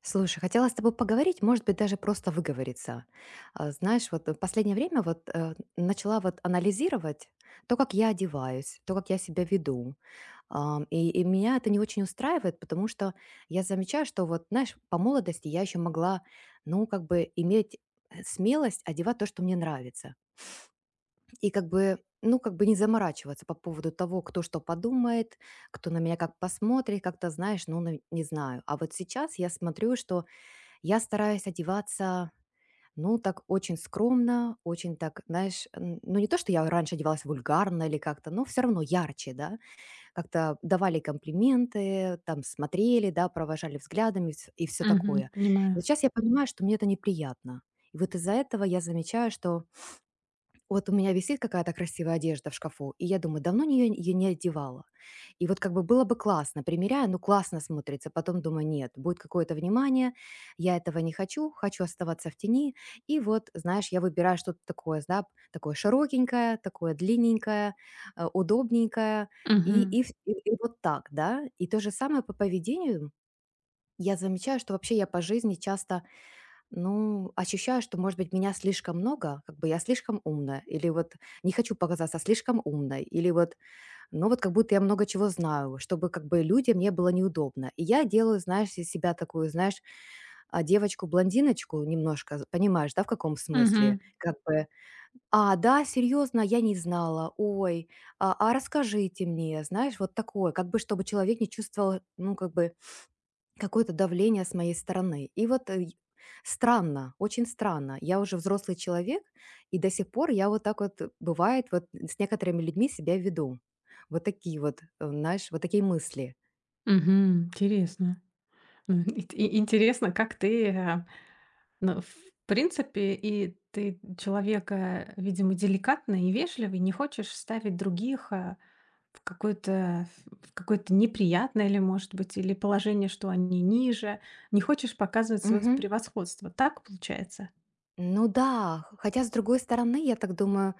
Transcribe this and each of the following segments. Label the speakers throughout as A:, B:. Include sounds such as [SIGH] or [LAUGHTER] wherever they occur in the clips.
A: Слушай, хотела с тобой поговорить, может быть, даже просто выговориться. Знаешь, вот в последнее время вот начала вот анализировать то, как я одеваюсь, то, как я себя веду. И меня это не очень устраивает, потому что я замечаю, что вот, знаешь, по молодости я еще могла, ну, как бы иметь смелость одевать то, что мне нравится. И как бы, ну, как бы не заморачиваться по поводу того, кто что подумает, кто на меня как посмотрит, как-то, знаешь, ну, не знаю. А вот сейчас я смотрю, что я стараюсь одеваться, ну, так очень скромно, очень так, знаешь, ну, не то, что я раньше одевалась вульгарно или как-то, но все равно ярче, да, как-то давали комплименты, там, смотрели, да, провожали взглядами и все
B: Мгм.
A: такое. И
B: Понимаю.
A: вот сейчас я понимаю, что мне это неприятно. И вот из-за этого я замечаю, что вот у меня висит какая-то красивая одежда в шкафу, и я думаю, давно ее не одевала. И вот как бы было бы классно, примеряю, ну классно смотрится, потом думаю, нет, будет какое-то внимание, я этого не хочу, хочу оставаться в тени. И вот, знаешь, я выбираю что-то такое, да, такое широкенькое, такое длинненькое, удобненькое, и,
B: Мгм.
A: и, в- и- и вот так, да. И то же самое по поведению. Я замечаю, что вообще я по жизни часто ну, ощущаю, что, может быть, меня слишком много, как бы я слишком умная, или вот не хочу показаться слишком умной, или вот, ну вот как будто я много чего знаю, чтобы как бы людям не было неудобно. И я делаю, знаешь, из себя такую, знаешь, девочку-блондиночку немножко, понимаешь, да, в каком
B: Мгм.
A: смысле? Как бы, да, серьезно, я не знала, ой, а расскажите мне, знаешь, вот такое, как бы, чтобы человек не чувствовал, ну, как бы, какое-то давление с моей стороны. И вот странно, очень странно. Я уже взрослый человек, и до сих пор я вот так вот, бывает, вот с некоторыми людьми себя веду. Вот такие вот, знаешь, вот такие мысли.
B: Мгм. Интересно. Ну, и интересно, как ты, ну, в принципе, и ты человека, видимо, деликатный и вежливый, не хочешь ставить других, в какое-то неприятное или, может быть, или положение, что они ниже. Не хочешь показывать свое
A: Мгм.
B: превосходство. Так получается?
A: Ну да, хотя с другой стороны, я так думаю,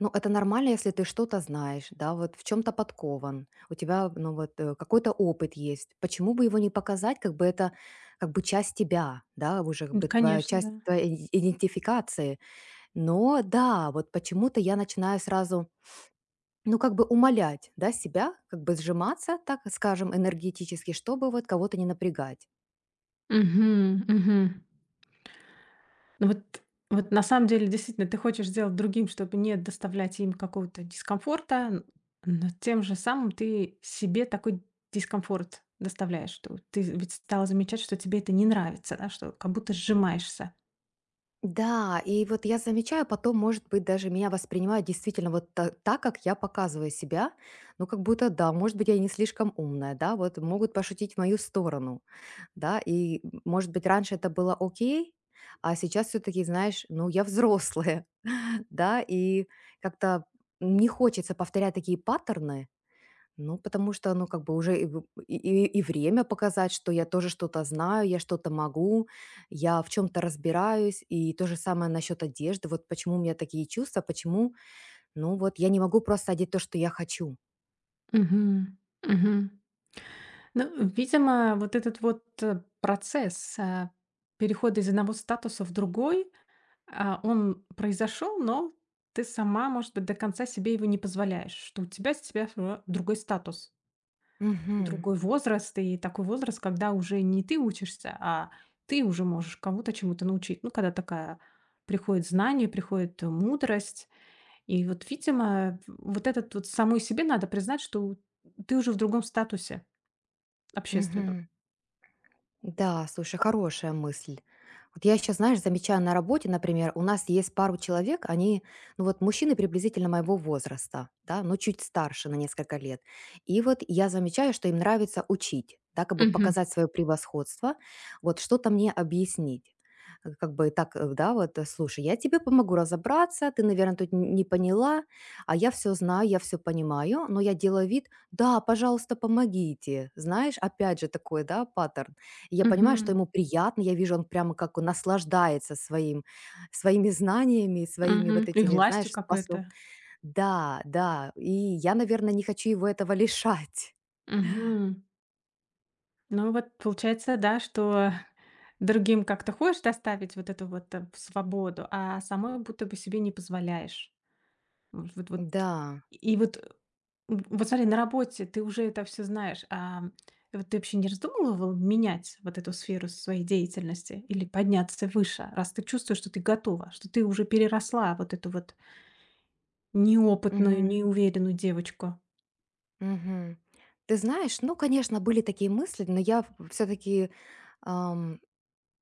A: ну это нормально, если ты что-то знаешь, да, вот в чем-то подкован, у тебя, ну вот какой-то опыт есть, почему бы его не показать, как бы это как бы часть тебя, да, уже как
B: Да,
A: бы твоя
B: конечно,
A: часть
B: да.
A: твоей идентификации. Но да, вот почему-то я начинаю сразу, ну, как бы умолять, да, себя, как бы сжиматься, так скажем, энергетически, чтобы вот кого-то не напрягать.
B: Угу. Мгм. Ну вот на самом деле, действительно, ты хочешь сделать другим, чтобы не доставлять им какого-то дискомфорта, н но тем же самым ты себе такой дискомфорт доставляешь, что ты ведь стала замечать, что тебе это не нравится, да, что как будто сжимаешься.
A: Да, и вот я замечаю, потом, может быть, даже меня воспринимают действительно вот так, как я показываю себя, ну, как будто, да, может быть, я не слишком умная, да, вот могут пошутить в мою сторону. Да, и, может быть, раньше это было окей, а сейчас все таки знаешь, ну, я взрослая, [LAUGHS] да, и как-то не хочется повторять такие паттерны, ну, потому что, ну, как бы уже и в и время показать, что я тоже что-то знаю, я что-то могу, я в чем то разбираюсь. И то же самое насчет одежды. Вот почему у меня такие чувства, почему, ну, вот я не могу просто одеть то, что я хочу.
B: Мгм. Мгм. Ну, видимо, вот этот вот, процесс, перехода из одного статуса в другой, он произошел, но ты сама, может быть, до конца себе его не позволяешь, что у тебя с тебя всё равно другой статус.
A: Мгм.
B: Другой возраст и такой возраст, когда уже не ты учишься, а ты уже можешь кого-то чему-то научить. Ну, когда такая приходит знание, приходит мудрость. И вот, видимо, вот этот вот самой себе надо признать, что ты уже в другом статусе общественном.
A: Да, слушай, хорошая мысль. Вот я сейчас, знаешь, замечаю на работе, например, у нас есть пару человек, они, ну вот мужчины приблизительно моего возраста, да, но чуть старше на несколько лет. И вот я замечаю, что им нравится учить, да, как бы
B: Мгм.
A: показать свое превосходство, вот что-то мне объяснить. Как бы так, да, вот, слушай, я тебе помогу разобраться, ты, наверное, тут не поняла, а я все знаю, я все понимаю, но я делаю вид, да, пожалуйста, помогите. Знаешь, опять же такой, да, паттерн. Я понимаю, что
B: Мгм.
A: ему приятно, я вижу, он прямо как он наслаждается своим, своими знаниями, своими
B: Мгм.
A: вот
B: И
A: этими,
B: властью
A: знаешь, способ.
B: какой-то.
A: Да, да, и я, наверное, не хочу его этого лишать.
B: Мгм. Ну вот получается, да, что другим как-то хочешь доставить вот эту вот свободу, а самой будто бы себе не позволяешь. Вот.
A: Да,
B: И вот, вот смотри, на работе ты уже это все знаешь, а вот ты вообще не раздумывал менять вот эту сферу своей деятельности или подняться выше, раз ты чувствуешь, что ты готова, что ты уже переросла вот эту вот неопытную,
A: мгм,
B: неуверенную девочку?
A: мгм. Ты знаешь, ну, конечно, были такие мысли, но я все-таки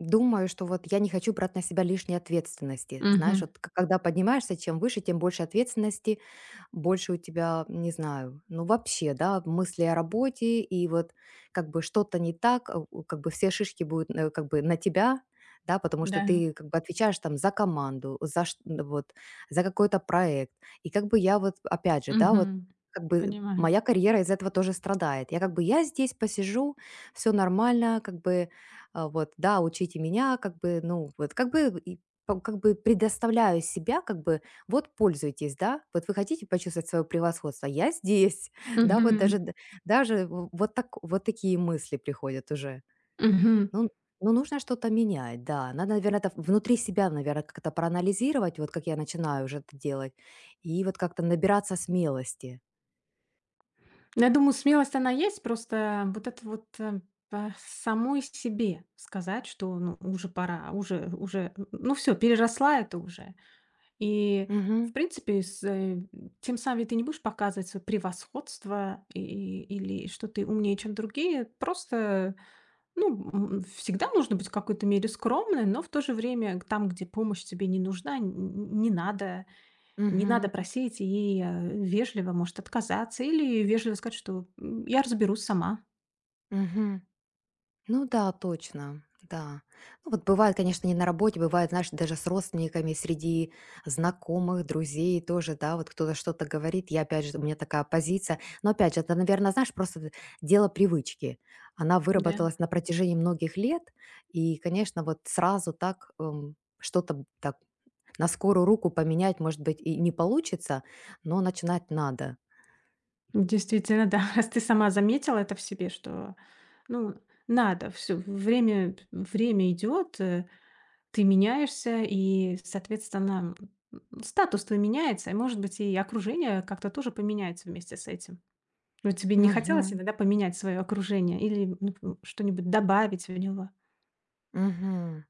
A: думаю, что вот я не хочу брать на себя лишней ответственности. Знаешь,
B: Мгм.
A: вот когда поднимаешься, чем выше, тем больше ответственности, больше у тебя, не знаю, ну вообще, да, мысли о работе, и вот как бы что-то не так, как бы все шишки будут как бы на тебя, да, потому что ты
B: Да.
A: как бы отвечаешь там за команду, за вот, за какой-то проект. И как бы я вот, опять же, да, вот
B: Мгм.
A: как бы
B: Понимаю.
A: моя карьера из этого тоже страдает. Я как бы, я здесь посижу, все нормально, как бы, вот, да, учите меня, как бы, ну, вот, как бы, и как бы предоставляю себя, как бы вот пользуйтесь, да, вот вы хотите почувствовать свое превосходство, я здесь, [LAUGHS] да, вот
B: Мгм.
A: даже вот, так, вот такие мысли приходят уже.
B: Мгм.
A: Ну, ну, нужно что-то менять, да. Надо, наверное, это внутри себя, наверное, как-то проанализировать, вот как я начинаю уже это делать, и вот как-то набираться смелости.
B: Ну, я думаю, смелость она есть, просто вот это вот, самой себе сказать, что, ну, уже пора, уже, ну, все, переросла это уже. И, в
A: Мгм.
B: принципе, с тем самым ты не будешь показывать свое превосходство и или что ты умнее, чем другие. Просто, ну, всегда нужно быть в какой-то мере скромной, но в то же время, там, где помощь тебе не нужна, н не надо не надо
A: Мгм.
B: просить и, вежливо, может, отказаться или вежливо сказать, что, я разберусь сама.
A: Мгм. Ну да, точно, да. Ну вот бывает, конечно, не на работе, бывает, знаешь, даже с родственниками, среди знакомых, друзей тоже, да, вот кто-то что-то говорит, я опять же, у меня такая позиция. Но опять же, это, наверное, знаешь, просто дело привычки. Она
B: Да,
A: выработалась на протяжении многих лет, и, конечно, вот сразу так что-то так на скорую руку поменять, может быть, и не получится, но начинать надо.
B: действительно, да. [LAUGHS] Раз ты сама заметила это в себе, что, ну, надо, всё, время идет, ты меняешься, и, соответственно, статус твой меняется, и, может быть, и окружение как-то тоже поменяется вместе с этим. Но тебе не хотелось
A: Угу,
B: иногда поменять свое окружение или, ну, что-нибудь добавить в него?
A: угу.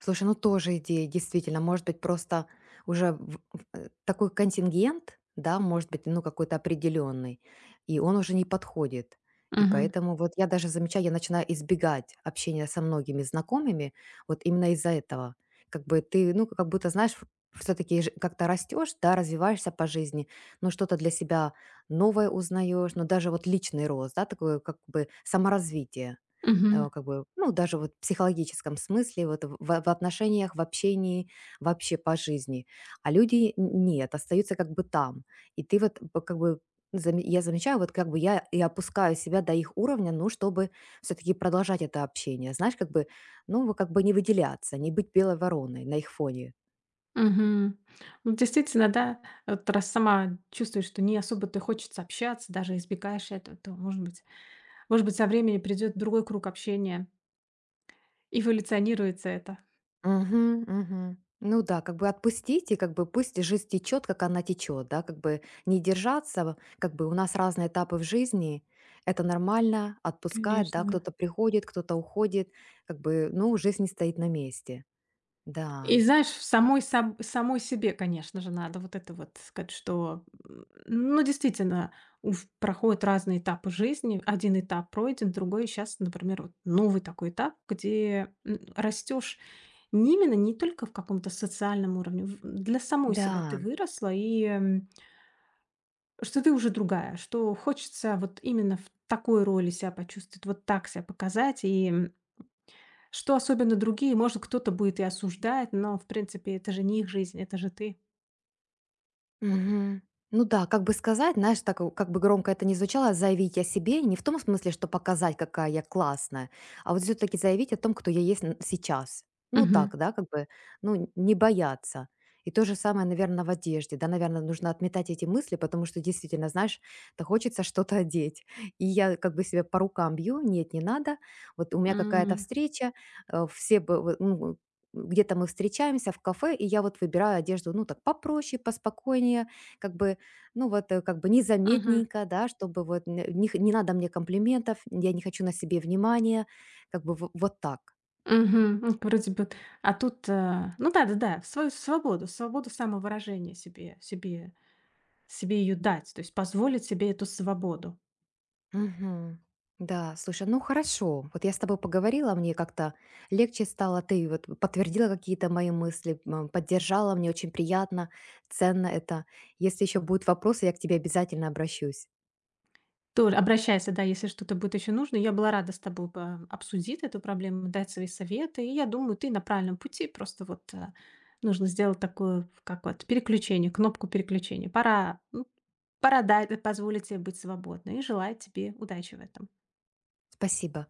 A: Слушай, ну тоже идея, действительно. Может быть, просто уже такой контингент, да, может быть, ну какой-то определенный, и он уже не подходит. И
B: Мгм.
A: поэтому вот я даже замечаю, я начинаю избегать общения со многими знакомыми, вот именно из-за этого. Как бы ты, ну, как будто, знаешь, все-таки как-то растешь, да, развиваешься по жизни, но что-то для себя новое узнаешь, но даже вот личный рост, да, такое как бы саморазвитие
B: Мгм.
A: как бы, ну, даже вот в психологическом смысле, вот в, отношениях, в общении, вообще по жизни. А люди нет, остаются как бы там. И ты вот как бы я замечаю, вот как бы я и опускаю себя до их уровня, ну, чтобы все-таки продолжать это общение. Знаешь, как бы, ну, вот как бы не выделяться, не быть белой вороной на их фоне.
B: Мгм. Ну, действительно, да, вот раз сама чувствуешь, что не особо-то хочется общаться, даже избегаешь этого, то, может быть, со временем придет другой круг общения, эволюционируется это.
A: Мгм, мгм. Ну да, как бы отпустить, и как бы пусть жизнь течет, как она течет, да, как бы не держаться, как бы у нас разные этапы в жизни, это нормально, отпускать,
B: Конечно,
A: да,
B: да.
A: кто-то приходит, кто-то уходит, как бы, ну, жизнь не стоит на месте. Да,
B: И знаешь, в самой себе, конечно же, надо вот это вот сказать, что, ну, действительно, проходят разные этапы жизни. Один этап пройден, другой сейчас, например, вот новый такой этап, где, растёшь не именно не только в каком-то социальном уровне. В для самой себя ты
A: да.
B: выросла, и, что ты уже другая, что хочется вот именно в такой роли себя почувствовать, вот так себя показать. И что особенно другие, может, кто-то будет и осуждать, но, в принципе, это же не их жизнь, это же ты.
A: Мгм. Ну да, как бы сказать, знаешь, так как бы громко это не звучало, заявить о себе не в том смысле, что показать, какая я классная, а вот все-таки заявить о том, кто я есть сейчас. Ну
B: Мгм.
A: так, да, как бы, ну не бояться. И то же самое, наверное, в одежде, да, наверное, нужно отметать эти мысли, потому что действительно, знаешь, то хочется что-то одеть. И я как бы себя по рукам бью, нет, не надо. Вот у меня какая-то
B: М,
A: встреча, все бы, где-то мы встречаемся в кафе, и я вот выбираю одежду, ну, так попроще, поспокойнее, как бы, ну, вот, как бы
B: мгм,
A: незаметненько, да, чтобы вот не, не надо мне комплиментов, я не хочу на себе внимания, как бы вот так.
B: мгм. Ну, вроде бы, а тут, ну да-да-да, свою свободу, свободу самовыражения себе ее дать, то есть позволить себе эту свободу.
A: Мгм. Да, слушай, ну хорошо. Вот я с тобой поговорила, мне как-то легче стало, ты вот подтвердила какие-то мои мысли, поддержала, мне очень приятно, ценно это. Если еще будут вопросы, я к тебе обязательно обращусь.
B: Тоже обращайся, да, если что-то будет еще нужно. Я была рада с тобой по обсудить эту проблему, дать свои советы. И я думаю, ты на правильном пути. Просто вот, нужно сделать такое, как вот переключение, кнопку переключения. Пора, пора дать позволить тебе быть свободной и желаю тебе удачи в этом.
A: Спасибо.